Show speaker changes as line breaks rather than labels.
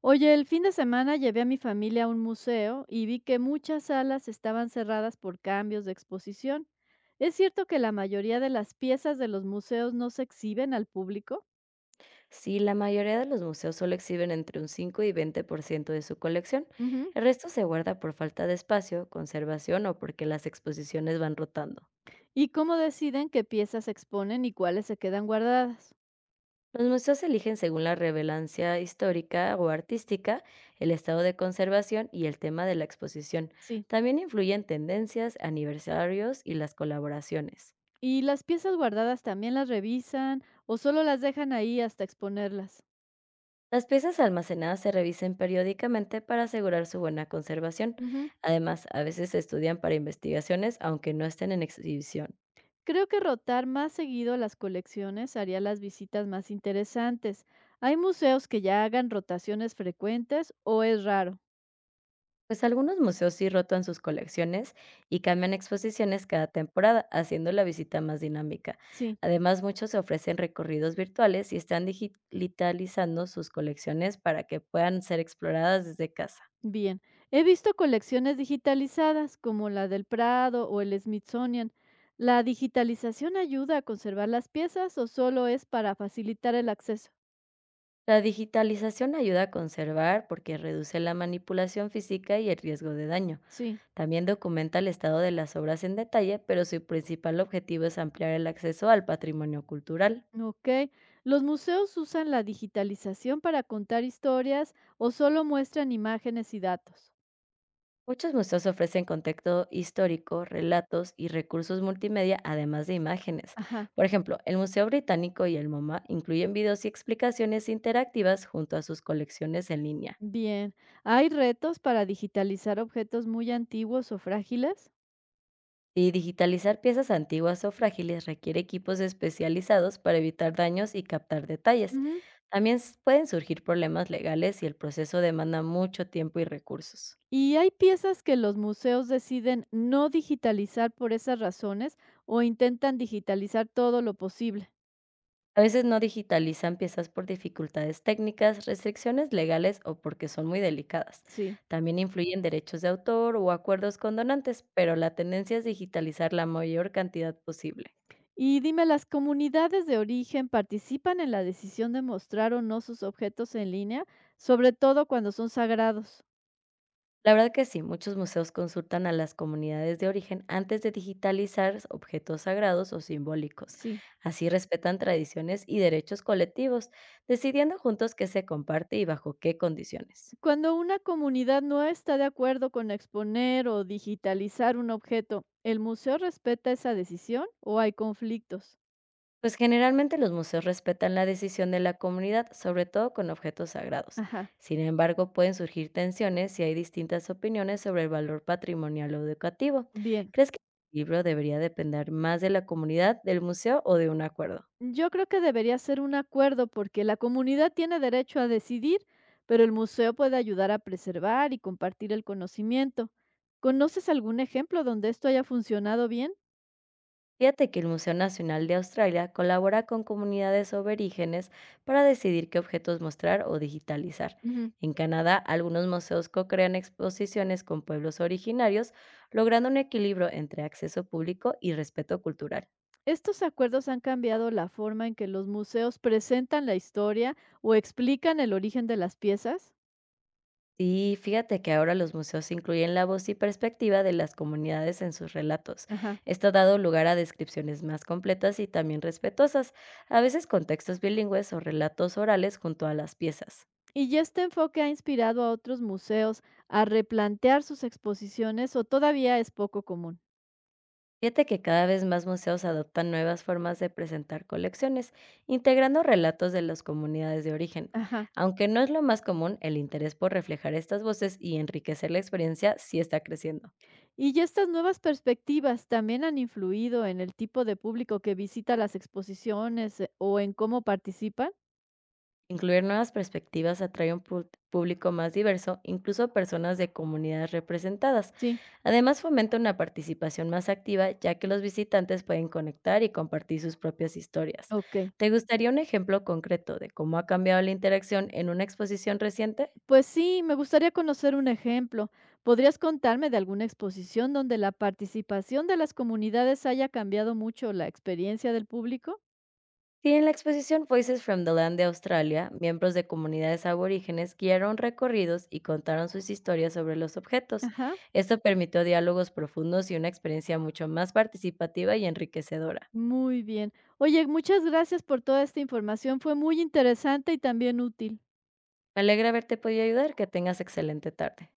Oye, el fin de semana llevé a mi familia a un museo y vi que muchas salas estaban cerradas por cambios de exposición. ¿Es cierto que la mayoría de las piezas de los museos no se exhiben al público?
Sí, la mayoría de los museos solo exhiben entre un 5 y 20% de su colección.
Ujú.
El resto se guarda por falta de espacio, conservación o porque las exposiciones van rotando.
¿Y cómo deciden qué piezas se exponen y cuáles se quedan guardadas?
Los museos se eligen según la relevancia histórica o artística, el estado de conservación y el tema de la exposición.
Sí.
También influyen tendencias, aniversarios y las colaboraciones.
¿Y las piezas guardadas también las revisan o solo las dejan ahí hasta exponerlas?
Las piezas almacenadas se revisen periódicamente para asegurar su buena conservación. Además, a veces se estudian para investigaciones aunque no estén en exhibición.
Creo que rotar más seguido las colecciones haría las visitas más interesantes. ¿Hay museos que ya hagan rotaciones frecuentes o es raro?
Pues algunos museos sí rotan sus colecciones y cambian exposiciones cada temporada, haciendo la visita más dinámica.
Sí,
Además, muchos ofrecen recorridos virtuales y están digitalizando sus colecciones para que puedan ser exploradas desde casa.
bien. He visto colecciones digitalizadas como la del Prado o el Smithsonian. ¿La digitalización ayuda a conservar las piezas o solo es para facilitar el acceso?
La digitalización ayuda a conservar porque reduce la manipulación física y el riesgo de daño.
Sí,
También documenta el estado de las obras en detalle, pero su principal objetivo es ampliar el acceso al patrimonio cultural.
ok. ¿Los museos usan la digitalización para contar historias o solo muestran imágenes y datos?
Muchos museos ofrecen contexto histórico, relatos y recursos multimedia, además de imágenes.
Ajá.
Por ejemplo, el Museo Británico y el MoMA incluyen videos y explicaciones interactivas junto a sus colecciones en línea.
Bien. ¿Hay retos para digitalizar objetos muy antiguos o frágiles?
Y digitalizar piezas antiguas o frágiles requiere equipos especializados para evitar daños y captar detalles.
Ujú.
También pueden surgir problemas legales si el proceso demanda mucho tiempo y recursos.
¿Y hay piezas que los museos deciden no digitalizar por esas razones o intentan digitalizar todo lo posible?
A veces no digitalizan piezas por dificultades técnicas, restricciones legales o porque son muy delicadas.
Sí.
También influyen derechos de autor o acuerdos con donantes, pero la tendencia es digitalizar la mayor cantidad posible.
Y dime, ¿las comunidades de origen participan en la decisión de mostrar o no sus objetos en línea, sobre todo cuando son sagrados?
La verdad que sí, muchos museos consultan a las comunidades de origen antes de digitalizar objetos sagrados o simbólicos.
Sí.
Así respetan tradiciones y derechos colectivos, decidiendo juntos qué se comparte y bajo qué condiciones.
Cuando una comunidad no está de acuerdo con exponer o digitalizar un objeto, ¿el museo respeta esa decisión o hay conflictos?
Pues generalmente los museos respetan la decisión de la comunidad, sobre todo con objetos sagrados.
Ajá,
Sin embargo, pueden surgir tensiones si hay distintas opiniones sobre el valor patrimonial o educativo.
bien.
¿Crees que el libro debería depender más de la comunidad, del museo o de un acuerdo?
Yo creo que debería ser un acuerdo porque la comunidad tiene derecho a decidir, pero el museo puede ayudar a preservar y compartir el conocimiento. ¿Conoces algún ejemplo donde esto haya funcionado bien?
Fíjate que el Museo Nacional de Australia colabora con comunidades aborígenes para decidir qué objetos mostrar o digitalizar.
Ujú.
En Canadá, algunos museos co-crean exposiciones con pueblos originarios, logrando un equilibrio entre acceso público y respeto cultural.
Estos acuerdos han cambiado la forma en que los museos presentan la historia o explican el origen de las piezas.
Y fíjate que ahora los museos incluyen la voz y perspectiva de las comunidades en sus relatos.
Ajá.
Esto ha dado lugar a descripciones más completas y también respetuosas, a veces con textos bilingües o relatos orales junto a las piezas.
¿Y ya este enfoque ha inspirado a otros museos a replantear sus exposiciones o todavía es poco común?
Fíjate que cada vez más museos adoptan nuevas formas de presentar colecciones, integrando relatos de las comunidades de origen.
Ajá.
Aunque no es lo más común, el interés por reflejar estas voces y enriquecer la experiencia sí está creciendo.
¿Y ya estas nuevas perspectivas también han influido en el tipo de público que visita las exposiciones o en cómo participan?
Incluir nuevas perspectivas atrae un público más diverso, incluso personas de comunidades representadas.
Sí.
Además, fomenta una participación más activa, ya que los visitantes pueden conectar y compartir sus propias historias.
Ok,
¿Te gustaría un ejemplo concreto de cómo ha cambiado la interacción en una exposición reciente?
pues sí, me gustaría conocer un ejemplo. ¿Podrías contarme de alguna exposición donde la participación de las comunidades haya cambiado mucho la experiencia del público?
Sí, en la exposición Voices from the Land de Australia, miembros de comunidades aborígenes guiaron recorridos y contaron sus historias sobre los objetos.
Ajá.
Esto permitió diálogos profundos y una experiencia mucho más participativa y enriquecedora.
Muy bien. Oye, muchas gracias por toda esta información. Fue muy interesante y también útil.
Me alegra haberte podido ayudar, que tengas excelente tarde.